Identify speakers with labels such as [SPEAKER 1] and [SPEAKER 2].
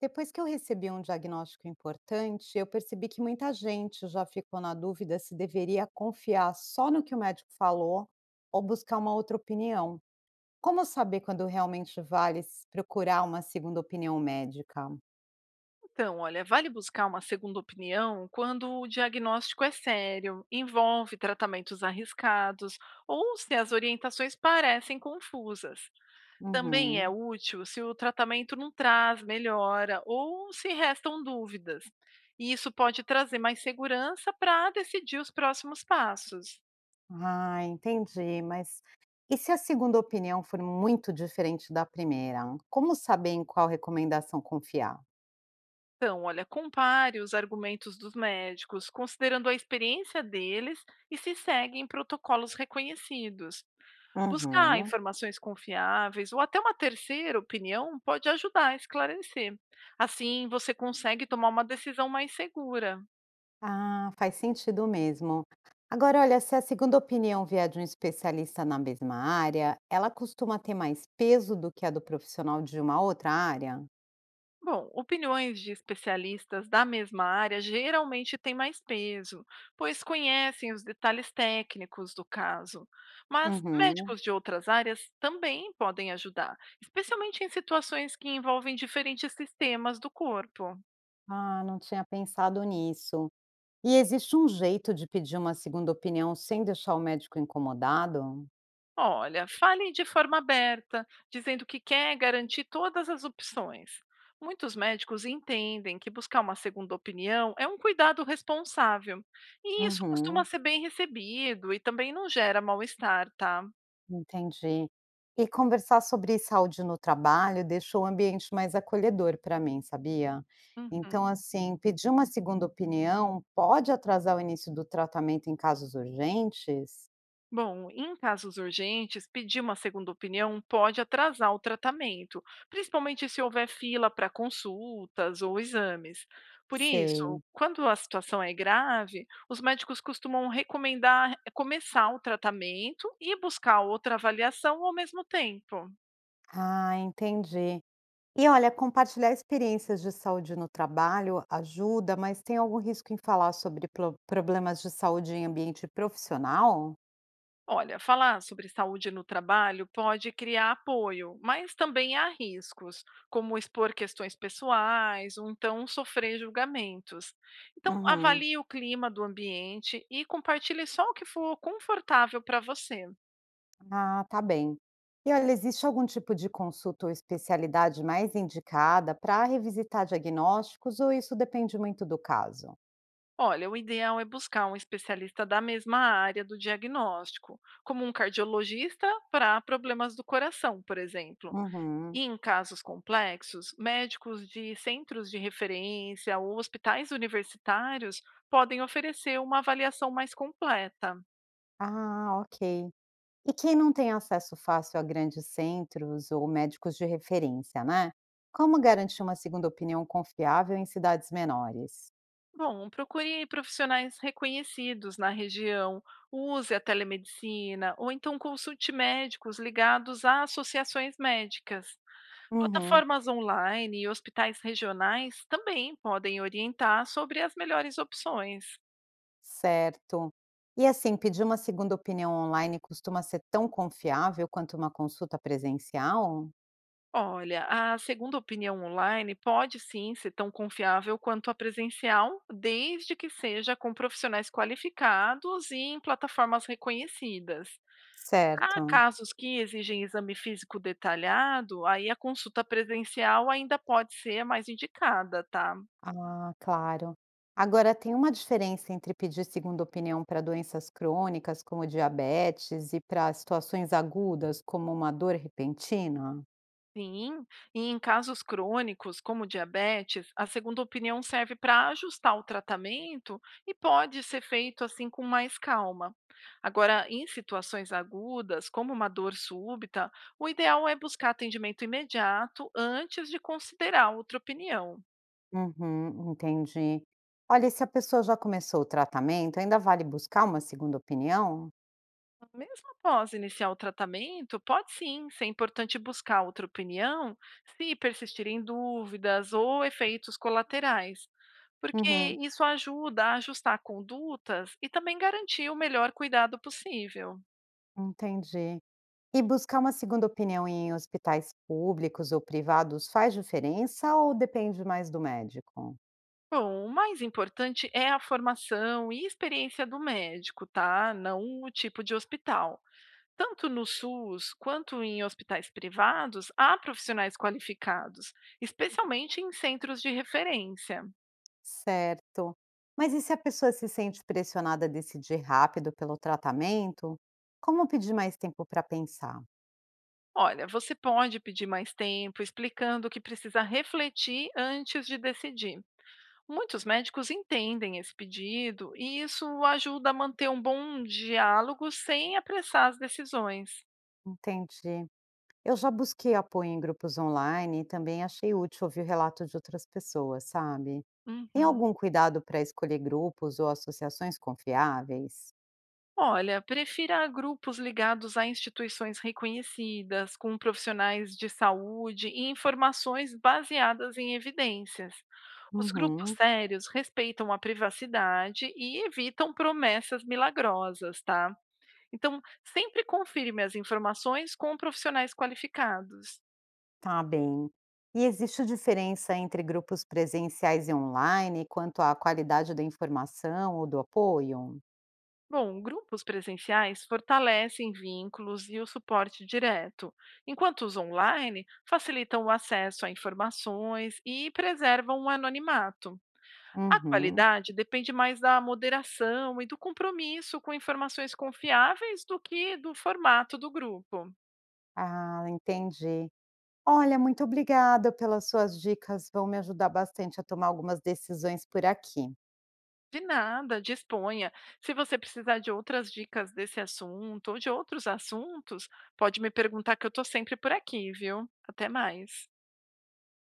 [SPEAKER 1] Depois que eu recebi um diagnóstico importante, eu percebi que muita gente já ficou na dúvida se deveria confiar só no que o médico falou ou buscar uma outra opinião. Como saber quando realmente vale procurar uma segunda opinião médica?
[SPEAKER 2] Então, olha, vale buscar uma segunda opinião quando o diagnóstico é sério, envolve tratamentos arriscados ou se as orientações parecem confusas. Também é
[SPEAKER 1] Uhum.
[SPEAKER 2] útil se o tratamento não traz melhora ou se restam dúvidas. E isso pode trazer mais segurança para decidir os próximos passos.
[SPEAKER 1] Ah, entendi. Mas e se a segunda opinião for muito diferente da primeira? Como saber em qual recomendação confiar?
[SPEAKER 2] Então, olha, compare os argumentos dos médicos, considerando a experiência deles e se seguem protocolos reconhecidos. Buscar
[SPEAKER 1] Uhum.
[SPEAKER 2] informações confiáveis ou até uma terceira opinião pode ajudar a esclarecer. Assim, você consegue tomar uma decisão mais segura.
[SPEAKER 1] Ah, faz sentido mesmo. Agora, olha, se a segunda opinião vier de um especialista na mesma área, ela costuma ter mais peso do que a do profissional de uma outra área?
[SPEAKER 2] Bom, opiniões de especialistas da mesma área geralmente têm mais peso, pois conhecem os detalhes técnicos do caso. Mas
[SPEAKER 1] Uhum.
[SPEAKER 2] médicos de outras áreas também podem ajudar, especialmente em situações que envolvem diferentes sistemas do corpo.
[SPEAKER 1] Ah, não tinha pensado nisso. E existe um jeito de pedir uma segunda opinião sem deixar o médico incomodado?
[SPEAKER 2] Olha, falem de forma aberta, dizendo que quer garantir todas as opções. Muitos médicos entendem que buscar uma segunda opinião é um cuidado responsável, e isso costuma
[SPEAKER 1] Uhum.
[SPEAKER 2] ser bem recebido e também não gera mal-estar, tá?
[SPEAKER 1] Entendi. E conversar sobre saúde no trabalho deixou o ambiente mais acolhedor para mim, sabia? Então,
[SPEAKER 2] Uhum.
[SPEAKER 1] assim, pedir uma segunda opinião pode atrasar o início do tratamento em casos urgentes?
[SPEAKER 2] Bom, em casos urgentes, pedir uma segunda opinião pode atrasar o tratamento, principalmente se houver fila para consultas ou exames. Por isso,
[SPEAKER 1] Sei.
[SPEAKER 2] quando a situação é grave, os médicos costumam recomendar começar o tratamento e buscar outra avaliação ao mesmo tempo.
[SPEAKER 1] Ah, entendi. E olha, compartilhar experiências de saúde no trabalho ajuda, mas tem algum risco em falar sobre problemas de saúde em ambiente profissional?
[SPEAKER 2] Olha, falar sobre saúde no trabalho pode criar apoio, mas também há riscos, como expor questões pessoais ou então sofrer julgamentos. Então,
[SPEAKER 1] Uhum.
[SPEAKER 2] avalie o clima do ambiente e compartilhe só o que for confortável para você.
[SPEAKER 1] Ah, tá bem. E olha, existe algum tipo de consulta ou especialidade mais indicada para revisitar diagnósticos ou isso depende muito do caso?
[SPEAKER 2] Olha, o ideal é buscar um especialista da mesma área do diagnóstico, como um cardiologista para problemas do coração, por exemplo.
[SPEAKER 1] Uhum.
[SPEAKER 2] E em casos complexos, médicos de centros de referência ou hospitais universitários podem oferecer uma avaliação mais completa.
[SPEAKER 1] Ah, ok. E quem não tem acesso fácil a grandes centros ou médicos de referência, né? Como garantir uma segunda opinião confiável em cidades menores?
[SPEAKER 2] Bom, procure profissionais reconhecidos na região, use a telemedicina ou então consulte médicos ligados a associações médicas.
[SPEAKER 1] Uhum,
[SPEAKER 2] Plataformas online e hospitais regionais também podem orientar sobre as melhores opções.
[SPEAKER 1] certo. E assim, pedir uma segunda opinião online costuma ser tão confiável quanto uma consulta presencial?
[SPEAKER 2] Olha, a segunda opinião online pode sim ser tão confiável quanto a presencial, desde que seja com profissionais qualificados e em plataformas reconhecidas. Há
[SPEAKER 1] Certo.
[SPEAKER 2] casos que exigem exame físico detalhado, aí a consulta presencial ainda pode ser mais indicada, tá?
[SPEAKER 1] Ah, claro. Agora, tem uma diferença entre pedir segunda opinião para doenças crônicas, como diabetes, e para situações agudas, como uma dor repentina?
[SPEAKER 2] Sim, e em casos crônicos, como diabetes, a segunda opinião serve para ajustar o tratamento e pode ser feito assim com mais calma. Agora, em situações agudas, como uma dor súbita, o ideal é buscar atendimento imediato antes de considerar outra opinião.
[SPEAKER 1] Uhum, entendi. Olha, e se a pessoa já começou o tratamento, ainda vale buscar uma segunda opinião?
[SPEAKER 2] Mesmo após iniciar o tratamento, pode sim ser importante buscar outra opinião se persistirem dúvidas ou efeitos colaterais, porque
[SPEAKER 1] Uhum,
[SPEAKER 2] isso ajuda a ajustar condutas e também garantir o melhor cuidado possível.
[SPEAKER 1] entendi. E buscar uma segunda opinião em hospitais públicos ou privados faz diferença ou depende mais do médico?
[SPEAKER 2] Bom, o mais importante é a formação e experiência do médico, tá? Não o tipo de hospital. Tanto no SUS quanto em hospitais privados, há profissionais qualificados, especialmente em centros de referência.
[SPEAKER 1] Certo. Mas e se a pessoa se sente pressionada a decidir rápido pelo tratamento? Como pedir mais tempo para pensar?
[SPEAKER 2] Olha, você pode pedir mais tempo, explicando que precisa refletir antes de decidir. Muitos médicos entendem esse pedido e isso ajuda a manter um bom diálogo sem apressar as decisões.
[SPEAKER 1] Entendi. Eu já busquei apoio em grupos online e também achei útil ouvir o relato de outras pessoas, sabe? Tem
[SPEAKER 2] Uhum.
[SPEAKER 1] algum cuidado para escolher grupos ou associações confiáveis?
[SPEAKER 2] Olha, prefira grupos ligados a instituições reconhecidas, com profissionais de saúde e informações baseadas em evidências. Os grupos
[SPEAKER 1] Uhum,
[SPEAKER 2] sérios respeitam a privacidade e evitam promessas milagrosas, tá? Então, sempre confirme as informações com profissionais qualificados.
[SPEAKER 1] tá bem. E existe diferença entre grupos presenciais e online quanto à qualidade da informação ou do apoio?
[SPEAKER 2] Bom, grupos presenciais fortalecem vínculos e o suporte direto, enquanto os online facilitam o acesso a informações e preservam o anonimato. A
[SPEAKER 1] Uhum.
[SPEAKER 2] qualidade depende mais da moderação e do compromisso com informações confiáveis do que do formato do grupo.
[SPEAKER 1] Ah, entendi. Olha, muito obrigada pelas suas dicas, vão me ajudar bastante a tomar algumas decisões por aqui.
[SPEAKER 2] De nada, disponha. Se você precisar de outras dicas desse assunto ou de outros assuntos, pode me perguntar que eu estou sempre por aqui, viu? Até mais.